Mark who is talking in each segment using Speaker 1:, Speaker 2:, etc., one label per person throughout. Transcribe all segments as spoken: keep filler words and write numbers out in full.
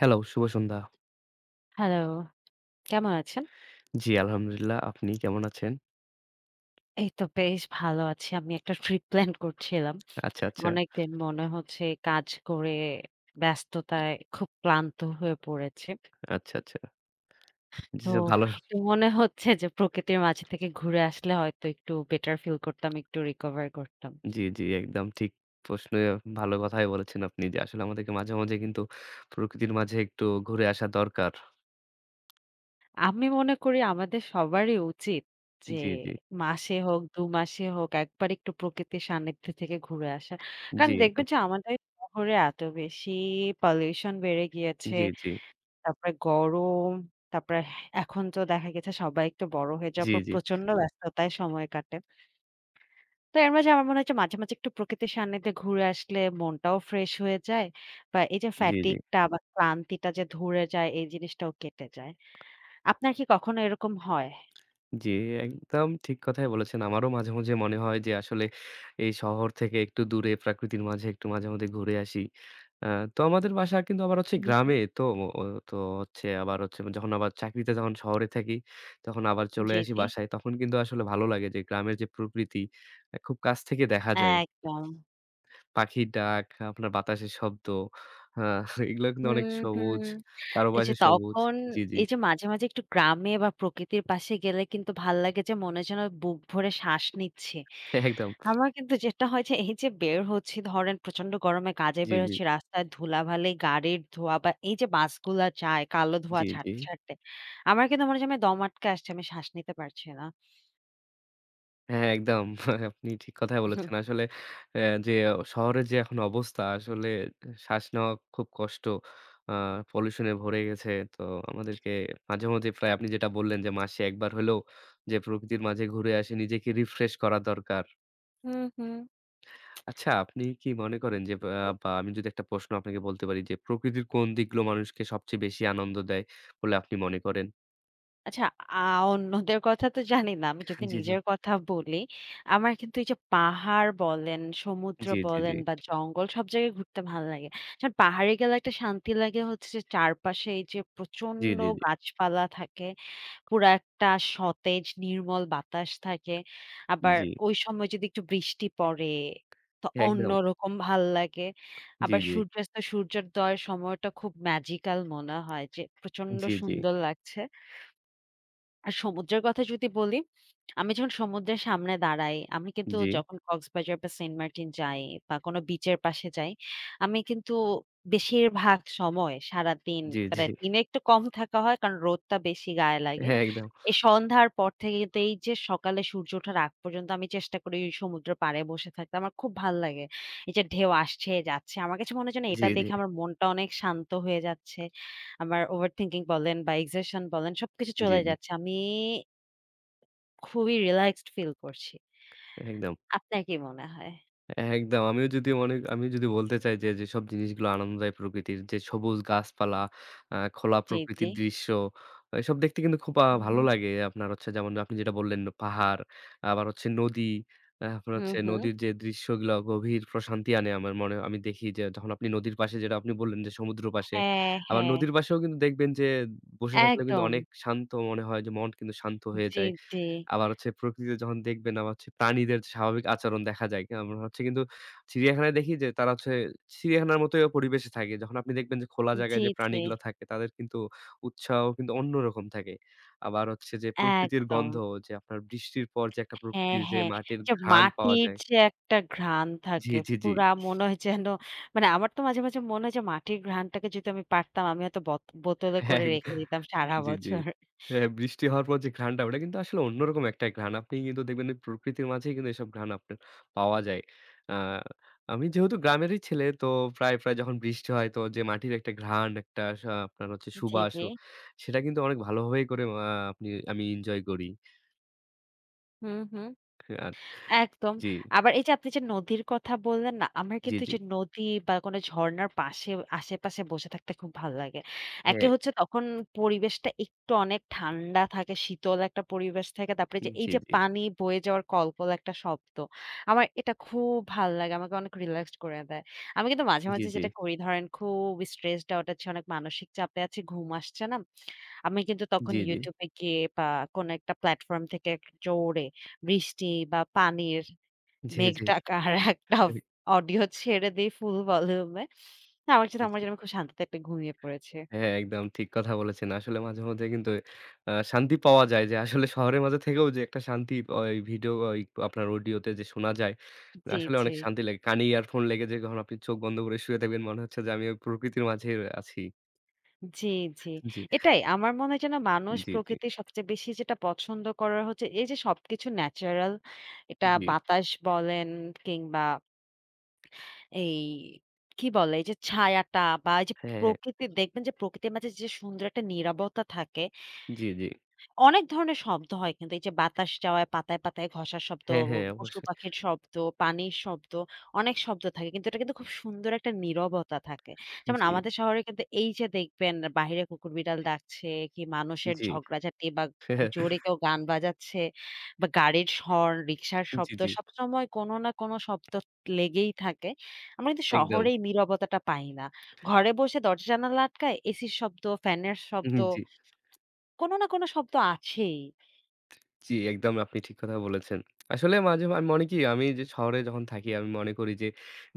Speaker 1: Hello, শুভ সন্ধ্যা।
Speaker 2: Hello, কেমন আছেন?
Speaker 1: জি, আলহামদুলিল্লাহ। আপনি কেমন আছেন?
Speaker 2: এই তো বেশ ভালো আছি। আমি একটা ট্রিপ প্ল্যান করছিলাম।
Speaker 1: আচ্ছা, আচ্ছা,
Speaker 2: অনেকদিন মনে হচ্ছে কাজ করে ব্যস্ততায় খুব ক্লান্ত হয়ে পড়েছি।
Speaker 1: আচ্ছা, আচ্ছা। জি,
Speaker 2: তো
Speaker 1: স্যার, ভালো।
Speaker 2: একটু মনে হচ্ছে যে প্রকৃতির মাঝে থেকে ঘুরে আসলে হয়তো একটু বেটার ফিল করতাম, একটু রিকভার করতাম।
Speaker 1: জি, জি, একদম ঠিক প্রশ্নে ভালো কথাই বলেছেন আপনি যে আসলে আমাদেরকে মাঝে, মাঝে কিন্তু প্রকৃতির মাঝে একটু ঘুরে আসা দরকার।
Speaker 2: আমি মনে করি আমাদের সবারই উচিত যে
Speaker 1: জি, জি,
Speaker 2: মাসে হোক, দুই মাসে হোক একবার একটু প্রকৃতির সান্নিধ্যে থেকে ঘুরে আসা।
Speaker 1: জি,
Speaker 2: কারণ
Speaker 1: একদম।
Speaker 2: দেখবেন যে আমাদের শহরে এত বেশি পলিউশন বেড়ে গিয়েছে।
Speaker 1: জি, জি,
Speaker 2: তারপরে গরম, তারপরে এখন তো দেখা গেছে সবাই একটু বড় হয়ে
Speaker 1: জি,
Speaker 2: যাওয়ার পর
Speaker 1: জি,
Speaker 2: প্রচন্ড হুম। ব্যস্ততায় সময় কাটে। তো এর মাঝে আমার মনে হয় যে মাঝে, মাঝে একটু প্রকৃতির সান্নিধ্যে ঘুরে আসলে মনটাও ফ্রেশ হয়ে যায় বা এই যে
Speaker 1: জি, জি।
Speaker 2: fatigue টা বা ক্লান্তিটা যে ধরে যায় এই জিনিসটাও কেটে যায়। আপনার কি কখনো এরকম হয়?
Speaker 1: জি, একদম ঠিক কথাই বলেছেন। আমারও মাঝে, মাঝে মনে হয় যে আসলে এই শহর থেকে একটু দূরে প্রাকৃতির মাঝে একটু মাঝে মধ্যে ঘুরে আসি। আ তো আমাদের বাসা কিন্তু আবার হচ্ছে
Speaker 2: হুম, হুম।
Speaker 1: গ্রামে। তো ও তো হচ্ছে আবার হচ্ছে যখন আবার চাকরিতে যখন শহরে থাকি, তখন আবার চলে
Speaker 2: জি,
Speaker 1: আসি
Speaker 2: জি।
Speaker 1: বাসায়। তখন কিন্তু আসলে ভালো লাগে যে গ্রামের যে প্রকৃতি আ খুব কাছ থেকে দেখা যায়।
Speaker 2: একদম।
Speaker 1: পাখির ডাক, আপনার বাতাসের শব্দ, আ এগুলো কিন্তু অনেক
Speaker 2: হুম, হুম।
Speaker 1: সবুজ,
Speaker 2: এই যে
Speaker 1: চারপাশে সবুজ।
Speaker 2: তখন
Speaker 1: জি, জি।
Speaker 2: এই যে মাঝে, মাঝে একটু গ্রামে বা প্রকৃতির পাশে গেলে কিন্তু ভাল লাগে যে মনে হয় যেন বুক ভরে শ্বাস নিচ্ছি।
Speaker 1: একদম।
Speaker 2: আমার কিন্তু যেটা হয় যে, এই যে বের হচ্ছি ধরেন প্রচন্ড গরমে কাজে
Speaker 1: জি,
Speaker 2: বের
Speaker 1: জি।
Speaker 2: হচ্ছি, রাস্তায় ধুলাবালি, গাড়ির ধোঁয়া বা এই যে বাসগুলা যায় কালো ধোঁয়া
Speaker 1: জি, জি।
Speaker 2: ছাড়তে, ছাড়তে আমার কিন্তু মনে হয় যে আমি দম আটকে আসছে, আমি শ্বাস নিতে পারছি না।
Speaker 1: হ্যাঁ, একদম। আপনি ঠিক কথাই বলেছেন। আসলে অ্যা যে শহরের যে এখন অবস্থা আসলে শ্বাস নেওয়া খুব কষ্ট। আ পলিউশন এ ভরে গেছে। তো আমাদেরকে মাঝেমধ্যে প্রায় আপনি যেটা বললেন যে মাসে এক বার হলেও যে প্রকৃতির মাঝে ঘুরে আসি নিজেকে রিফ্রেশ করা দরকার।
Speaker 2: হুম, হুম।
Speaker 1: আচ্ছা আপনি কি মনে করেন যে বা
Speaker 2: হুম।
Speaker 1: বা আমি যদি একটা প্রশ্ন আপনাকে বলতে পারি যে প্রকৃতির কোন দিকগুলো মানুষকে সবচেয়ে বেশি আনন্দ দেয় বলে আপনি মনে করেন?
Speaker 2: আচ্ছা আ অন্যদের কথা তো জানি না। আমি যদি
Speaker 1: জি, জি।
Speaker 2: নিজের কথা বলি, আমার কিন্তু এই যে পাহাড় বলেন, সমুদ্র
Speaker 1: জি, জি, জি।
Speaker 2: বলেন বা জঙ্গল সব জায়গায় ঘুরতে ভালো লাগে। কারণ পাহাড়ে গেলে একটা শান্তি লাগে হচ্ছে যে চারপাশে এই যে
Speaker 1: জি,
Speaker 2: প্রচন্ড
Speaker 1: জি, জি।
Speaker 2: গাছপালা থাকে। পুরা একটা সতেজ নির্মল বাতাস থাকে। আবার
Speaker 1: জি।
Speaker 2: ওই সময় যদি একটু বৃষ্টি পড়ে, তো
Speaker 1: একদম।
Speaker 2: অন্যরকম ভাল লাগে। আবার
Speaker 1: জি, জি।
Speaker 2: সূর্যাস্ত, সূর্যোদয়ের সময়টা খুব ম্যাজিক্যাল মনে হয় যে প্রচন্ড
Speaker 1: জি, জি।
Speaker 2: সুন্দর লাগছে। আর সমুদ্রের কথা যদি বলি, আমি যখন সমুদ্রের সামনে দাঁড়াই, আমি কিন্তু
Speaker 1: জি।
Speaker 2: যখন কক্সবাজার বা সেন্ট মার্টিন যাই বা কোনো বিচের পাশে যাই, আমি কিন্তু বেশিরভাগ সময় সারাদিন
Speaker 1: জি, জি।
Speaker 2: মানে দিনে একটু কম থাকা হয় কারণ রোদটা বেশি গায়ে লাগে।
Speaker 1: হ্যাঁ, একদম।
Speaker 2: এই সন্ধ্যার পর থেকে কিন্তু এই যে সকালে সূর্য ওঠার আগ পর্যন্ত আমি চেষ্টা করি ওই সমুদ্রের পাড়ে বসে থাকতে। আমার খুব ভাল লাগে। এই যে ঢেউ আসছে, যাচ্ছে। আমার কাছে মনে হয় যেন এটা
Speaker 1: জি, জি,
Speaker 2: দেখে আমার মনটা অনেক শান্ত হয়ে যাচ্ছে। আমার ওভারথিংকিং বলেন বা এক্সেশন বলেন সবকিছু
Speaker 1: জি,
Speaker 2: চলে
Speaker 1: জি।
Speaker 2: যাচ্ছে। আমি খুবই রিল্যাক্সড ফিল করছি।
Speaker 1: একদম,
Speaker 2: আপনার কি মনে হয়?
Speaker 1: একদম। আমিও যদি অনেক আমি যদি বলতে চাই যে যেসব জিনিসগুলো আনন্দ দেয় প্রকৃতির যে সবুজ গাছপালা, আ খোলা
Speaker 2: জি, জি।
Speaker 1: প্রকৃতির দৃশ্য এসব দেখতে কিন্তু খুব আ
Speaker 2: হুম,
Speaker 1: ভালো
Speaker 2: হুম।
Speaker 1: লাগে। আপনার হচ্ছে যেমন আপনি যেটা বললেন পাহাড়, আবার হচ্ছে নদী, আ আপনার
Speaker 2: হুম,
Speaker 1: হচ্ছে
Speaker 2: হুম।
Speaker 1: নদীর যে দৃশ্যগুলা গভীর প্রশান্তি আনে আমার মনে আমি দেখি যে যখন আপনি নদীর পাশে যেটা আপনি বললেন যে সমুদ্র পাশে।
Speaker 2: হ্যাঁ,
Speaker 1: আবার
Speaker 2: হ্যাঁ।
Speaker 1: নদীর পাশেও কিন্তু দেখবেন যে বসে থাকলেও কিন্তু
Speaker 2: একদম।
Speaker 1: অনেক শান্ত মনে হয় যে মন কিন্তু শান্ত হয়ে
Speaker 2: জি,
Speaker 1: যায়।
Speaker 2: জি।
Speaker 1: আবার হচ্ছে প্রকৃতিতে যখন দেখবেন আবার হচ্ছে প্রাণীদের স্বাভাবিক আচরণ দেখা যায়। আমরা হচ্ছে কিন্তু চিড়িয়াখানায় দেখি যে তারা হচ্ছে চিড়িয়াখানার মতোই পরিবেশে থাকে। যখন আপনি দেখবেন যে খোলা জায়গায়
Speaker 2: জি,
Speaker 1: যে
Speaker 2: জি।
Speaker 1: প্রাণীগুলো থাকে তাদের কিন্তু উৎসাহ কিন্তু অন্যরকম থাকে। আবার হচ্ছে যে প্রকৃতির
Speaker 2: একদম।
Speaker 1: গন্ধ যে আপনার বৃষ্টির পর যে একটা
Speaker 2: হ্যাঁ,
Speaker 1: প্রকৃতির যে
Speaker 2: হ্যাঁ।
Speaker 1: মাটির
Speaker 2: এই যে
Speaker 1: ঘ্রাণ পাওয়া
Speaker 2: মাটির
Speaker 1: যায়।
Speaker 2: যে একটা ঘ্রাণ
Speaker 1: জি,
Speaker 2: থাকে,
Speaker 1: জি, জি।
Speaker 2: পুরা মনে হয় যেন মানে আমার তো মাঝে, মাঝে মনে হয় যে মাটির ঘ্রাণটাকে যদি আমি পারতাম, আমি হয়তো বত বোতলে করে
Speaker 1: এক
Speaker 2: রেখে দিতাম সারা
Speaker 1: জি, জি।
Speaker 2: বছর।
Speaker 1: হ্যাঁ, বৃষ্টি হওয়ার পর যে ঘ্রাণটা ওটা কিন্তু আসলে অন্যরকম একটা ঘ্রাণ। আপনি কিন্তু দেখবেন ওই প্রকৃতির মাঝেই কিন্তু এসব ঘ্রাণ আপনার পাওয়া যায়। আ আমি যেহেতু গ্রামেরই ছেলে তো প্রায়, প্রায় যখন বৃষ্টি হয় তো যে মাটির একটা ঘ্রাণ একটা সা আপনার হচ্ছে
Speaker 2: জি,
Speaker 1: সুবাস
Speaker 2: জি।
Speaker 1: ও সেটা কিন্তু অনেক ভালোভাবেই করে আ আপনি আমি এনজয় করি।
Speaker 2: হুম, হুম।
Speaker 1: আর
Speaker 2: একদম।
Speaker 1: জি,
Speaker 2: আবার এই যে আপনি যে নদীর কথা বললেন না, আমার
Speaker 1: জি,
Speaker 2: কিন্তু এই
Speaker 1: জি।
Speaker 2: যে নদী বা কোনো ঝর্ণার পাশে আশেপাশে বসে থাকতে খুব ভালো লাগে। একে
Speaker 1: হ্যাঁ,
Speaker 2: হচ্ছে তখন পরিবেশটা একটু অনেক ঠান্ডা থাকে, শীতল একটা পরিবেশ থাকে। তারপরে যে এই
Speaker 1: জি,
Speaker 2: যে
Speaker 1: জি।
Speaker 2: পানি বয়ে যাওয়ার কলকল একটা শব্দ। আমার এটা খুব ভাল লাগে। আমাকে অনেক রিল্যাক্সড করে দেয়। আমি কিন্তু মাঝে,
Speaker 1: জি,
Speaker 2: মাঝে
Speaker 1: জি।
Speaker 2: যেটা করি ধরেন খুব স্ট্রেসড আউট আছি, অনেক মানসিক চাপে আছি, ঘুম আসছে না। আমি কিন্তু তখন
Speaker 1: জি, জি।
Speaker 2: YouTube এ গিয়ে বা কোনো একটা প্ল্যাটফর্ম থেকে জোরে বৃষ্টি বা পানির 'মেঘ
Speaker 1: জি,
Speaker 2: ডাকা' আর একটা
Speaker 1: জি।
Speaker 2: অডিও ছেড়ে দেই ফুল ভলিউমে। আমার সাথে আমার
Speaker 1: জি।
Speaker 2: যেন আমি খুব শান্তিতে একটা ঘুমিয়ে পড়েছে।
Speaker 1: হ্যাঁ, হ্যাঁ, একদম ঠিক কথা বলেছেন। আসলে মাঝে মধ্যে কিন্তু আ শান্তি পাওয়া যায় যে আসলে শহরের মাঝে থেকেও যে একটা শান্তি ওই ভিডিও ওই আপনার অডিওতে যে শোনা যায়,
Speaker 2: জি,
Speaker 1: আসলে
Speaker 2: জি।
Speaker 1: অনেক শান্তি লাগে। কানে ইয়ারফোন লেগে যে যখন আপনি চোখ বন্ধ করে শুয়ে থাকবেন মনে হচ্ছে যে আমি ওই প্রকৃতির মাঝে আছি।
Speaker 2: জি, জি।
Speaker 1: জি।
Speaker 2: এটাই আমার মনে হয় যেন মানুষ
Speaker 1: জি, জি,
Speaker 2: প্রকৃতির সবচেয়ে বেশি যেটা পছন্দ করার হচ্ছে এই যে সবকিছু ন্যাচারাল এটা
Speaker 1: জি।
Speaker 2: বাতাস বলেন কিংবা এই কি বলে? এই যে ছায়াটা বা এই যে
Speaker 1: হ্যাঁ, হ্যাঁ।
Speaker 2: প্রকৃতি দেখবেন যে প্রকৃতির মাঝে যে সুন্দর একটা নীরবতা থাকে
Speaker 1: জি, জি।
Speaker 2: অনেক ধরনের শব্দ হয় কিন্তু এই যে বাতাস যাওয়ায় পাতায়, পাতায় ঘষার শব্দ,
Speaker 1: হ্যাঁ, হ্যাঁ
Speaker 2: পশু
Speaker 1: অবশ্যই।
Speaker 2: পাখির শব্দ, পানির শব্দ, অনেক শব্দ থাকে। কিন্তু এটা কিন্তু খুব সুন্দর একটা নীরবতা থাকে। যেমন
Speaker 1: জি,
Speaker 2: আমাদের শহরে কিন্তু এই যে দেখবেন বাহিরে কুকুর বিড়াল ডাকছে কি মানুষের
Speaker 1: জি।
Speaker 2: ঝগড়াঝাটি বা গু জোরে কেউ গান বাজাচ্ছে বা গাড়ির হর্ন, রিক্শার
Speaker 1: জি,
Speaker 2: শব্দ
Speaker 1: জি।
Speaker 2: সবসময় কোনো না কোনো শব্দ লেগেই থাকে। আমরা কিন্তু
Speaker 1: একদম।
Speaker 2: শহরে এই নীরবতাটা পাই না। ঘরে বসে দরজা জানালা আটকায় এসির শব্দ, ফ্যানের
Speaker 1: উহু,
Speaker 2: শব্দ,
Speaker 1: জি।
Speaker 2: কোনো না কোনো শব্দ আছেই।
Speaker 1: জি, একদম আপনি ঠিক কথা বলেছেন। আসলে মাঝে মা- আমি মনে কি আমি যে শহরে যখন থাকি আমি মনে করি যে,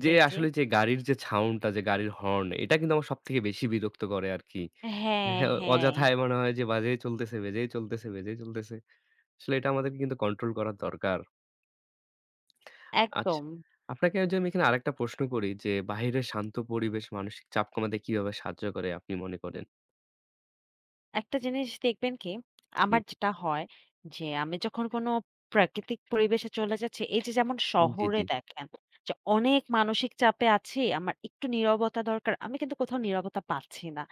Speaker 1: যে
Speaker 2: জি, জি।
Speaker 1: আসলে যে গাড়ির যে সাউন্ডটা যে গাড়ির হর্ন এটা কিন্তু আমার সবথেকে বেশি বিরক্ত করে আরকি।
Speaker 2: হ্যাঁ,
Speaker 1: হ্যাঁ,
Speaker 2: হ্যাঁ,
Speaker 1: অযথায় মনে হয় যে বাজেই চলতেছে, বেজেই চলতেছে, বেজেই চলতেছে। আসলে এটা আমাদেরকে কিন্তু কন্ট্রোল করা দরকার। আচ্ছা,
Speaker 2: একদম।
Speaker 1: আপনাকে যদি আমি এখানে আরেকটা প্রশ্ন করি যে বাহিরের শান্ত পরিবেশ মানসিক চাপ কমাতে কিভাবে সাহায্য করে আপনি মনে করেন?
Speaker 2: একটা জিনিস দেখবেন কি,
Speaker 1: জি,
Speaker 2: আমার যেটা হয় যে আমি যখন কোনো প্রাকৃতিক পরিবেশে চলে যাচ্ছি, এই যে যেমন
Speaker 1: জি, জি,
Speaker 2: শহরে দেখেন যে অনেক মানসিক চাপে আছি, আমার একটু নীরবতা দরকার। আমি কিন্তু কোথাও নীরবতা পাচ্ছি না।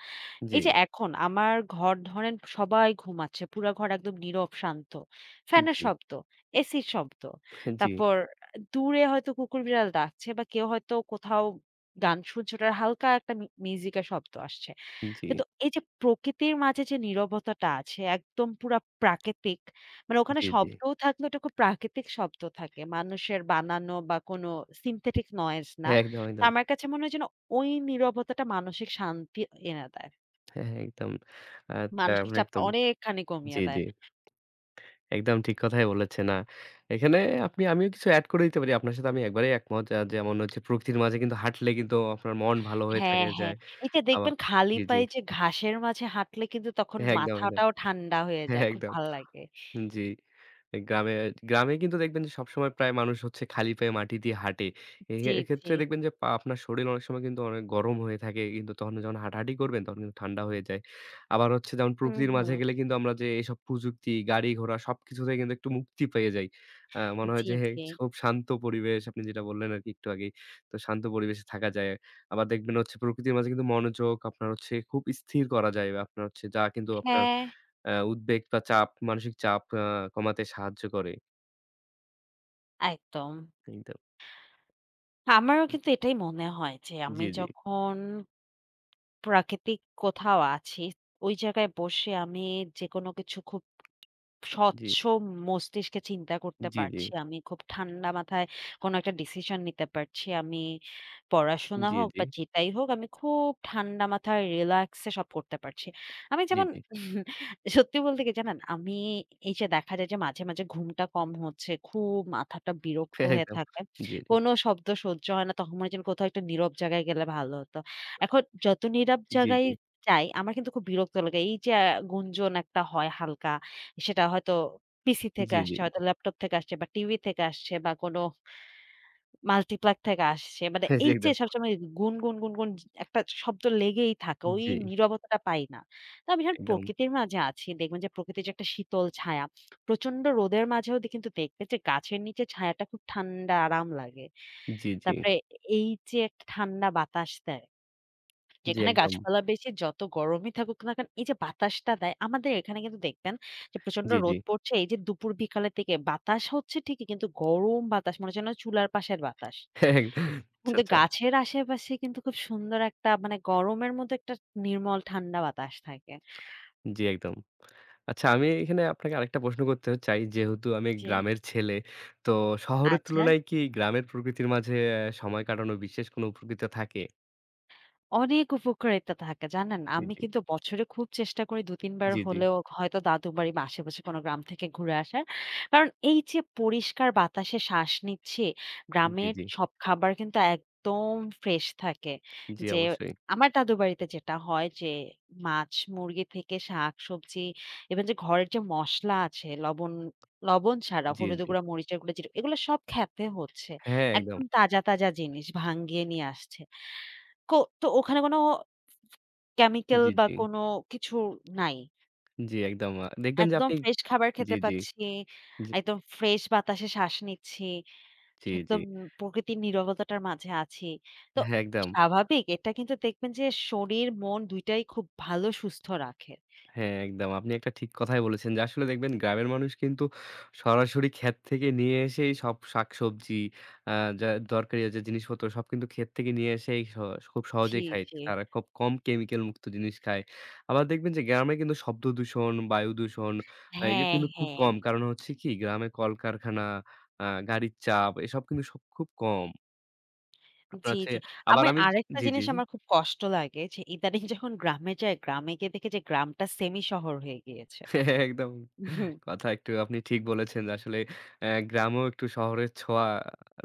Speaker 1: জি,
Speaker 2: এই
Speaker 1: জি,
Speaker 2: যে এখন আমার ঘর ধরেন সবাই ঘুমাচ্ছে। পুরা ঘর একদম নীরব শান্ত। ফ্যানের
Speaker 1: জি,
Speaker 2: শব্দ, এসির শব্দ।
Speaker 1: জি,
Speaker 2: তারপর দূরে হয়তো কুকুর বিড়াল ডাকছে বা কেউ হয়তো কোথাও গান শুনছে ওটার হালকা একটা মি মিউজিকের শব্দ আসছে। কিন্তু এই যে প্রকৃতির মাঝে যে নীরবতাটা আছে একদম পুরা প্রাকৃতিক মানে ওখানে
Speaker 1: জি, জি।
Speaker 2: শব্দও থাকলে ওটা খুব প্রাকৃতিক শব্দ থাকে। মানুষের বানানো বা কোনো synthetic noise না।
Speaker 1: হ্যাঁ, একদম,
Speaker 2: তো
Speaker 1: একদম।
Speaker 2: আমার কাছে মনে হয় যেন ওই নীরবতাটা মানসিক শান্তি এনে দেয়।
Speaker 1: হ্যাঁ, হ্যাঁ, একদম। আচ্ছা,
Speaker 2: মানসিক
Speaker 1: মানে
Speaker 2: চাপটা
Speaker 1: একদম।
Speaker 2: অনেকখানি
Speaker 1: জি,
Speaker 2: কমিয়ে
Speaker 1: জি।
Speaker 2: দেয়।
Speaker 1: একদম ঠিক কথাই বলেছেন। আ এখানে আপনি আমিও কিছু এড করে দিতে পারি। আপনার সাথে আমি একবারেই একমত। আ যেমন হচ্ছে প্রকৃতির মাঝে কিন্তু হাঁটলে কিন্তু আপনার মন ভালো হয়ে
Speaker 2: হ্যাঁ,
Speaker 1: থাকে যায়।
Speaker 2: হ্যাঁ। এই যে
Speaker 1: আবা
Speaker 2: দেখবেন খালি
Speaker 1: জি, জি।
Speaker 2: পায়ে যে ঘাসের মাঝে হাঁটলে কিন্তু তখন
Speaker 1: হ্যাঁ, একদম, একদম।
Speaker 2: মাথাটাও ঠান্ডা হয়ে
Speaker 1: হ্যাঁ,
Speaker 2: যায়। খুব
Speaker 1: একদম।
Speaker 2: ভাল লাগে।
Speaker 1: জি। এ গ্রামে গ্রামে কিন্তু দেখবেন যে সবসময় প্রায় মানুষ হচ্ছে খালি পায়ে মাটি দিয়ে হাঁটে। এ
Speaker 2: জি, জি।
Speaker 1: এক্ষেত্রে দেখবেন যে পা আপনার শরীর অনেক সময় কিন্তু অনেক গরম হয়ে থাকে। কিন্তু তখন যখন হাঁটাহাঁটি করবেন তখন কিন্তু ঠান্ডা হয়ে যায়। আবার হচ্ছে যেমন
Speaker 2: হুম,
Speaker 1: প্রকৃতির
Speaker 2: হুম।
Speaker 1: মাঝে গেলে কিন্তু আমরা যে এসব প্রযুক্তি, গাড়ি-ঘোড়া সবকিছু থেকে কিন্তু একটু মুক্তি পেয়ে যাই। আ মনে হয়
Speaker 2: জি,
Speaker 1: যে
Speaker 2: জি।
Speaker 1: খুব শান্ত পরিবেশ আপনি যেটা বললেন আরকি একটু আগেই। তো শান্ত পরিবেশে থাকা যায়। আবার দেখবেন হচ্ছে প্রকৃতির মাঝে কিন্তু মনোযোগ আপনার হচ্ছে খুব স্থির করা যায়। বা আপনার হচ্ছে যা কিন্তু আপনার
Speaker 2: হ্যাঁ,
Speaker 1: অ্যা উদ্বেগ বা চাপ, মানসিক চাপ আ কমাতে সাহায্য করে।
Speaker 2: একদম।
Speaker 1: একদম।
Speaker 2: আমারও কিন্তু এটাই মনে হয় যে
Speaker 1: জি,
Speaker 2: আমি
Speaker 1: জি,
Speaker 2: যখন প্রাকৃতিক কোথাও আছি, ওই জায়গায় বসে আমি যেকোনো কিছু খুব
Speaker 1: জি,
Speaker 2: স্বচ্ছ মস্তিষ্কে চিন্তা করতে
Speaker 1: জি, জি,
Speaker 2: পারছি। আমি খুব ঠান্ডা মাথায় কোনো একটা ডিসিশন নিতে পারছি। আমি পড়াশোনা
Speaker 1: জি,
Speaker 2: হোক
Speaker 1: জি,
Speaker 2: বা যেটাই হোক আমি খুব ঠান্ডা মাথায় রিল্যাক্সে সব করতে পারছি। আমি
Speaker 1: জি,
Speaker 2: যেমন
Speaker 1: জি।
Speaker 2: সত্যি বলতে কি জানেন? আমি এই যে দেখা যায় যে মাঝে, মাঝে ঘুমটা কম হচ্ছে, খুব মাথাটা বিরক্ত হয়ে
Speaker 1: একদম।
Speaker 2: থাকে।
Speaker 1: জি, জি,
Speaker 2: কোনো শব্দ সহ্য হয় না। তখন মনে হয় যেন কোথাও একটা নীরব জায়গায় গেলে ভালো হতো। এখন যত নীরব
Speaker 1: জি,
Speaker 2: জায়গায়
Speaker 1: জি,
Speaker 2: যাই আমার কিন্তু খুব বিরক্ত লাগে। এই যে আহ, গুঞ্জন একটা হয় হালকা সেটা হয়তো পিসি থেকে
Speaker 1: জি, জি।
Speaker 2: আসছে, হয়তো ল্যাপটপ থেকে আসছে বা টিভি থেকে আসছে বা কোনো multiplex থেকে আসছে। মানে
Speaker 1: জি,
Speaker 2: এই যে
Speaker 1: একদম।
Speaker 2: সবসময় গুন, গুন, গুন, গুন জ একটা শব্দ লেগেই থাকে। ওই
Speaker 1: জি,
Speaker 2: নীরবতাটা পাই না। তো আমি যখন
Speaker 1: একদম।
Speaker 2: প্রকৃতির মাঝে আছি দেখবেন যে প্রকৃতির যে একটা শীতল ছায়া, প্রচন্ড রোদের মাঝেও দে কিন্তু দেখবেন যে গাছের নিচে ছায়াটা খুব ঠান্ডা আরাম লাগে।
Speaker 1: জি, জি,
Speaker 2: তারপরে এই যে একটা ঠান্ডা বাতাস দেয়
Speaker 1: জি,
Speaker 2: যেখানে
Speaker 1: একদম।
Speaker 2: গাছপালা বেশি যত গরমই থাকুক না কেন, এই যে বাতাসটা দেয় আমাদের এখানে কিন্তু দেখবেন যে প্রচন্ড
Speaker 1: জি, জি।
Speaker 2: রোদ পড়ছে এই যে দুপুর বিকালের দিকে বাতাস হচ্ছে ঠিকই কিন্তু গরম বাতাস মনে হচ্ছে যেন চুলার পাশের বাতাস।
Speaker 1: একদম। আচ্ছা,
Speaker 2: কিন্তু
Speaker 1: আচ্ছা।
Speaker 2: গাছের আশেপাশে কিন্তু খুব সুন্দর একটা মানে গরমের মধ্যে একটা নির্মল ঠান্ডা বাতাস থাকে।
Speaker 1: জি, একদম। আচ্ছা আমি এখানে আপনাকে আরেকটা প্রশ্ন করতে চাই। যেহেতু আমি
Speaker 2: জি।
Speaker 1: গ্রামের ছেলে, তো শহরের
Speaker 2: আচ্ছা।
Speaker 1: তুলনায় কি গ্রামের প্রকৃতির মাঝে অ্যা সময় কাটানোর বিশেষ কোনো উপকৃত থাকে?
Speaker 2: অনেক উপকারিতা থাকে জানেন?
Speaker 1: জি,
Speaker 2: আমি
Speaker 1: জি,
Speaker 2: কিন্তু বছরে খুব চেষ্টা করি দুই তিন বার
Speaker 1: জি, জি,
Speaker 2: হলেও হয়তো দাদুর বাড়ি বা আশেপাশে কোনো গ্রাম থেকে ঘুরে আসার। কারণ এই যে পরিষ্কার বাতাসে শ্বাস নিচ্ছি,
Speaker 1: জি,
Speaker 2: গ্রামের
Speaker 1: জি,
Speaker 2: সব খাবার কিন্তু একদম ফ্রেশ থাকে।
Speaker 1: জি
Speaker 2: যে
Speaker 1: অবশ্যই।
Speaker 2: আমার দাদুর বাড়িতে যেটা হয় যে মাছ, মুরগি থেকে শাক-সবজি ইভেন যে ঘরের যে মসলা আছে লবণ লবণ ছাড়া
Speaker 1: জি,
Speaker 2: হলুদের
Speaker 1: জি।
Speaker 2: গুঁড়া, মরিচের গুঁড়া, জিরে এগুলো সব খেতে হচ্ছে।
Speaker 1: হ্যাঁ, একদম।
Speaker 2: একদম তাজা, তাজা জিনিস ভাঙ্গিয়ে নিয়ে আসছে। কো তো ওখানে কোনো কেমিক্যাল
Speaker 1: জি,
Speaker 2: বা
Speaker 1: জি।
Speaker 2: কোনো কিছু নাই।
Speaker 1: জি, একদম। আ দেখবেন যে
Speaker 2: একদম
Speaker 1: আপনি
Speaker 2: ফ্রেশ খাবার
Speaker 1: জি,
Speaker 2: খেতে
Speaker 1: জি।
Speaker 2: পাচ্ছি।
Speaker 1: জি,
Speaker 2: একদম ফ্রেশ বাতাসে শ্বাস নিচ্ছি।
Speaker 1: জি, জি।
Speaker 2: একদম প্রকৃতির নীরবতাটার মাঝে আছি। তো
Speaker 1: হ্যাঁ, একদম।
Speaker 2: স্বাভাবিক এটা কিন্তু দেখবেন যে শরীর, মন দুই টাই খুব ভালো সুস্থ রাখে।
Speaker 1: হ্যাঁ, একদম। আপনি একটা ঠিক কথাই বলেছেন যে আসলে দেখবেন গ্রামের মানুষ কিন্তু সরাসরি ক্ষেত থেকে নিয়ে এসেই সব শাকসবজি আ যা দরকারি যে জিনিসপত্র সব কিন্তু ক্ষেত থেকে নিয়ে এসেই স খুব
Speaker 2: জি,
Speaker 1: সহজেই খায়।
Speaker 2: জি।
Speaker 1: তারা খুব কম কেমিক্যাল মুক্ত জিনিস খায়। আবার দেখবেন যে গ্রামে কিন্তু শব্দ দূষণ, বায়ু দূষণ আ এগুলো
Speaker 2: হ্যাঁ,
Speaker 1: কিন্তু খুব
Speaker 2: হ্যাঁ।
Speaker 1: কম। কারণ হচ্ছে কি গ্রামে কলকারখানা, আ গাড়ির চাপ এসব কিন্তু সব খুব কম। আপনার
Speaker 2: জি,
Speaker 1: হচ্ছে
Speaker 2: জি।
Speaker 1: আবার
Speaker 2: আমার
Speaker 1: আমি
Speaker 2: আরেকটা
Speaker 1: জি, জি,
Speaker 2: জিনিস
Speaker 1: জি।
Speaker 2: আমার খুব কষ্ট লাগে যে ইদানিং যখন গ্রামে যাই, গ্রামে গিয়ে দেখি যে গ্রামটা সেমি শহর হয়ে গিয়েছে।
Speaker 1: একদম
Speaker 2: হুম।
Speaker 1: কথা একটু আপনি ঠিক বলেছেন যে আসলে অ্যা গ্রামেও একটু শহরের ছোঁয়া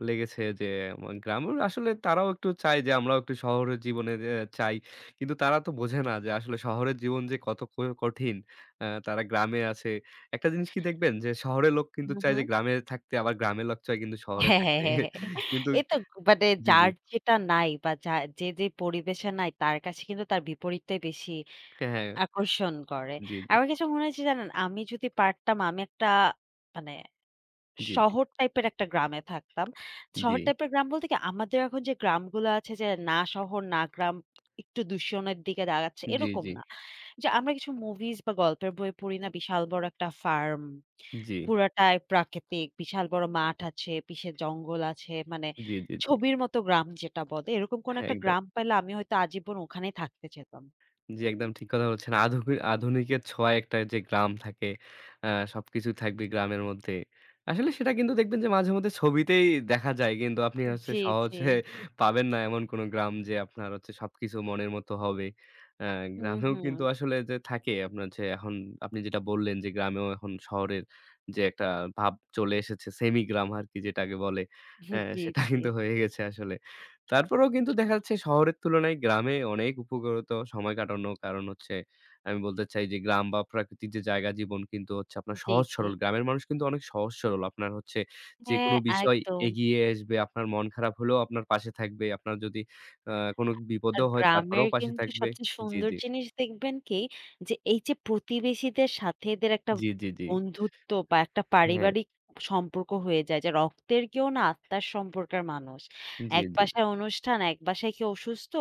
Speaker 1: লেগেছে যে আমার গ্রামের আসলে তারাও একটু চায় যে আমরাও একটু শহরের জীবনে যে চাই। কিন্তু তারা তো বোঝে না যে আসলে শহরের জীবন যে কত ক কঠিন। অ্যা তারা গ্রামে আছে। একটা জিনিস কি দেখবেন যে শহরের লোক কিন্তু
Speaker 2: হু,
Speaker 1: চায়
Speaker 2: হু।
Speaker 1: যে গ্রামে থাকতে আবার গ্রামের লোক চায় কিন্তু শহরে
Speaker 2: হ্যাঁ, হ্যাঁ,
Speaker 1: থাকতে।
Speaker 2: হ্যাঁ, হ্যাঁ।
Speaker 1: কিন্তু
Speaker 2: এই তো মানে
Speaker 1: জি, জি।
Speaker 2: যার যেটা নাই বা যা যে, যে পরিবেশে নাই তার কাছে কিন্তু তার বিপরীতটাই বেশি
Speaker 1: হ্যাঁ,
Speaker 2: আকর্ষণ করে।
Speaker 1: জি, জি,
Speaker 2: আমার কাছে মনে হয়েছে জানেন আমি যদি পারতাম আমি একটা মানে
Speaker 1: জি, জি,
Speaker 2: শহর টাইপের একটা গ্রামে থাকতাম।
Speaker 1: জি,
Speaker 2: শহর টাইপের গ্রাম বলতে কি আমাদের এখন যে গ্রামগুলো আছে যে না শহর না গ্রাম একটু দূষণের দিকে দাঁড়াচ্ছে
Speaker 1: জি,
Speaker 2: এরকম
Speaker 1: জি,
Speaker 2: না। যে আমরা কিছু মুভিজ বা গল্পের বই পড়ি না বিশাল বড় একটা ফার্ম,
Speaker 1: জি,
Speaker 2: পুরাটাই প্রাকৃতিক, বিশাল বড় মাঠ আছে, পিছে জঙ্গল আছে মানে
Speaker 1: জি, জি, জি।
Speaker 2: ছবির মতো গ্রাম যেটা বলে এরকম কোন
Speaker 1: হ্যাঁ,
Speaker 2: একটা
Speaker 1: একদম।
Speaker 2: গ্রাম পেলে আমি হয়তো আজীবন ওখানেই থাকতে চেতাম।
Speaker 1: জি, একদম ঠিক কথা বলেছেন। আধুকি আধুনিকের ছোঁয়ায় একটা যে গ্রাম থাকে, আ সবকিছু থাকবে গ্রামের মধ্যে। আসলে সেটা কিন্তু দেখবেন যে মাঝেমধ্যে ছবিতেই দেখা যায়। কিন্তু আপনি হচ্ছে
Speaker 2: জি, জি।
Speaker 1: সহজে পাবেন না এমন কোনো গ্রাম যে আপনার হচ্ছে সবকিছু মনের মতো হবে। আ
Speaker 2: হুম,
Speaker 1: গ্রামেও
Speaker 2: হুম।
Speaker 1: কিন্তু আসলে যে থাকে আপনার যে এখন আপনি যেটা বললেন যে গ্রামেও এখন শহরের যে একটা ভাব চলে এসেছে সেমি গ্রাম আরকি যেটাকে বলে। অ্যা
Speaker 2: জি,
Speaker 1: সেটা
Speaker 2: জি।
Speaker 1: কিন্তু হয়ে গেছে আসলে। তারপরেও কিন্তু দেখা যাচ্ছে শহরের তুলনায় গ্রামে অনেক উপকূলত সময় কাটানো। কারণ হচ্ছে আমি বলতে চাই যে গ্রাম বা প্রাকৃতিক যে জায়গা জীবন কিন্তু হচ্ছে আপনার
Speaker 2: জি,
Speaker 1: সহজ
Speaker 2: জি।
Speaker 1: সরল। গ্রামের মানুষ কিন্তু অনেক সহজ সরল। আপনার হচ্ছে
Speaker 2: হ্যাঁ,
Speaker 1: যেকোনো বিষয়
Speaker 2: একদম।
Speaker 1: এগিয়ে আসবে। আপনার মন খারাপ হলেও আপনার পাশে থাকবে। আপনার যদি আ কোনো
Speaker 2: আর
Speaker 1: বিপদও হয় তারপরেও
Speaker 2: গ্রামের
Speaker 1: পাশে
Speaker 2: কিন্তু
Speaker 1: থাকবে।
Speaker 2: সবচেয়ে
Speaker 1: জি,
Speaker 2: সুন্দর
Speaker 1: জি।
Speaker 2: জিনিস দেখবেন কি, যে এই যে প্রতিবেশীদের সাথে এদের একটা
Speaker 1: জি, জি, জি।
Speaker 2: বন্ধুত্ব বা একটা
Speaker 1: হ্যাঁ,
Speaker 2: পারিবারিক সম্পর্ক হয়ে যায় যে রক্তের কেউ না আত্মার সম্পর্কের মানুষ।
Speaker 1: জি,
Speaker 2: এক
Speaker 1: জি।
Speaker 2: বাসায় অনুষ্ঠান, এক বাসায় কেউ অসুস্থ,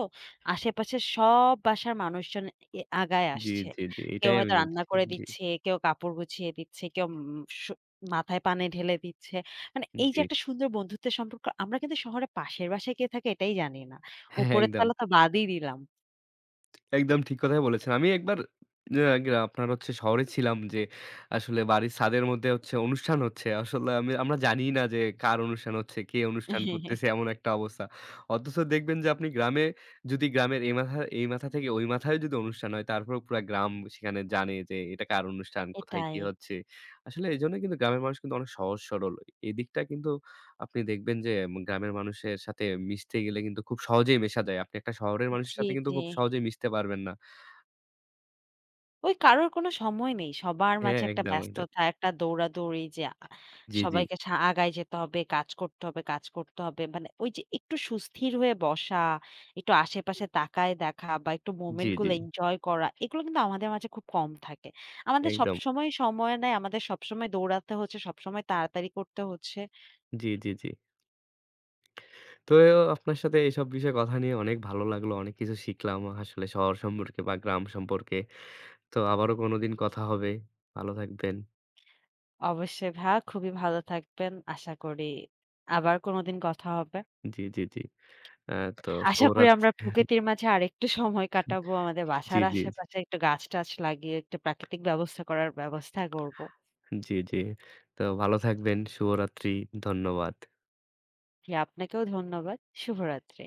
Speaker 2: আশেপাশের সব বাসার মানুষজন এ আগায়
Speaker 1: জি,
Speaker 2: আসছে।
Speaker 1: জি, জি।
Speaker 2: কেউ
Speaker 1: এটাই আমি
Speaker 2: হয়তো রান্না
Speaker 1: বলতেছিলাম।
Speaker 2: করে
Speaker 1: জি,
Speaker 2: দিচ্ছে, কেউ কাপড় গুছিয়ে দিচ্ছে, কেউ উম সু মাথায় পানি ঢেলে দিচ্ছে। মানে এই
Speaker 1: জি।
Speaker 2: যে একটা সুন্দর বন্ধুত্বের সম্পর্ক আমরা কিন্তু শহরে পাশের বাসায় কে থাকে এটাই জানি না।
Speaker 1: হ্যাঁ,
Speaker 2: উপরের
Speaker 1: একদম।
Speaker 2: তালা তো বাদই দিলাম।
Speaker 1: একদম ঠিক কথাই বলেছেন। আমি একবার যে আগে আপনার হচ্ছে শহরে ছিলাম যে আসলে বাড়ির ছাদের মধ্যে হচ্ছে অনুষ্ঠান হচ্ছে। আসলে আমি আমরা জানিই না যে কার অনুষ্ঠান হচ্ছে, কে অনুষ্ঠান করতেছে এমন একটা অবস্থা। অথচ দেখবেন যে আপনি গ্রামে যদি গ্রামের এই মাথা এই মাথা থেকে ওই মাথায় যদি অনুষ্ঠান হয় তারপরেও পুরা গ্রাম সেখানে জানে যে এটা কার অনুষ্ঠান, কোথায়
Speaker 2: এটাই।
Speaker 1: কি হচ্ছে। আসলে এজন্য কিন্তু গ্রামের মানুষ কিন্তু অনেক সহজ সরল। এদিকটা কিন্তু আপনি দেখবেন যে ম গ্রামের মানুষের সাথে মিশতে গেলে কিন্তু খুব সহজেই মেশা যায়। আপনি একটা শহরের মানুষের
Speaker 2: জি,
Speaker 1: সাথে কিন্তু
Speaker 2: জি।
Speaker 1: খুব সহজেই মিশতে পারবেন না।
Speaker 2: ওই কারোর কোনো সময় নেই। সবার
Speaker 1: হ্যাঁ,
Speaker 2: মাঝে একটা
Speaker 1: একদম, একদম।
Speaker 2: ব্যস্ততা, একটা দৌড়াদৌড়ি যে আ
Speaker 1: জি, জি,
Speaker 2: সবাইকে সা আগায় যেতে হবে, কাজ করতে হবে, কাজ করতে হবে। মানে ওই যে একটু সুস্থির হয়ে বসা, একটু আশেপাশে তাকায় দেখা বা একটু
Speaker 1: জি,
Speaker 2: মোমেন্ট
Speaker 1: জি,
Speaker 2: গুলো এনজয় করা, এগুলো কিন্তু আমাদের মাঝে খুব কম থাকে। আমাদের
Speaker 1: একদম।
Speaker 2: সবসময় সময় নাই, আমাদের সবসময় দৌড়াতে হচ্ছে, সবসময় তাড়াতাড়ি করতে হচ্ছে।
Speaker 1: জি, জি, জি। তো আপনার সাথে এইসব বিষয়ে কথা নিয়ে অনেক ভালো লাগলো। অনেক কিছু শিখলাম আসলে শহর সম্পর্কে বা গ্রাম সম্পর্কে। তো আবারও কোনোদিন কথা হবে। ভালো থাকবেন।
Speaker 2: অবশ্যই ভাইয়া খুবই ভালো থাকবেন। আশা করি আবার কোনদিন কথা হবে।
Speaker 1: জি, জি, জি। আ তো
Speaker 2: আশা করি আমরা
Speaker 1: শুভরাত্রি
Speaker 2: প্রকৃতির মাঝে আরেকটু সময় কাটাবো। আমাদের
Speaker 1: জি,
Speaker 2: বাসার
Speaker 1: জি,
Speaker 2: আশেপাশে একটু গাছ-টাছ লাগিয়ে একটু প্রাকৃতিক ব্যবস্থা করার ব্যবস্থা করব।
Speaker 1: জি, জি। তো ভালো থাকবেন। শুভরাত্রি। ধন্যবাদ।
Speaker 2: জি, আপনাকেও ধন্যবাদ। শুভরাত্রি।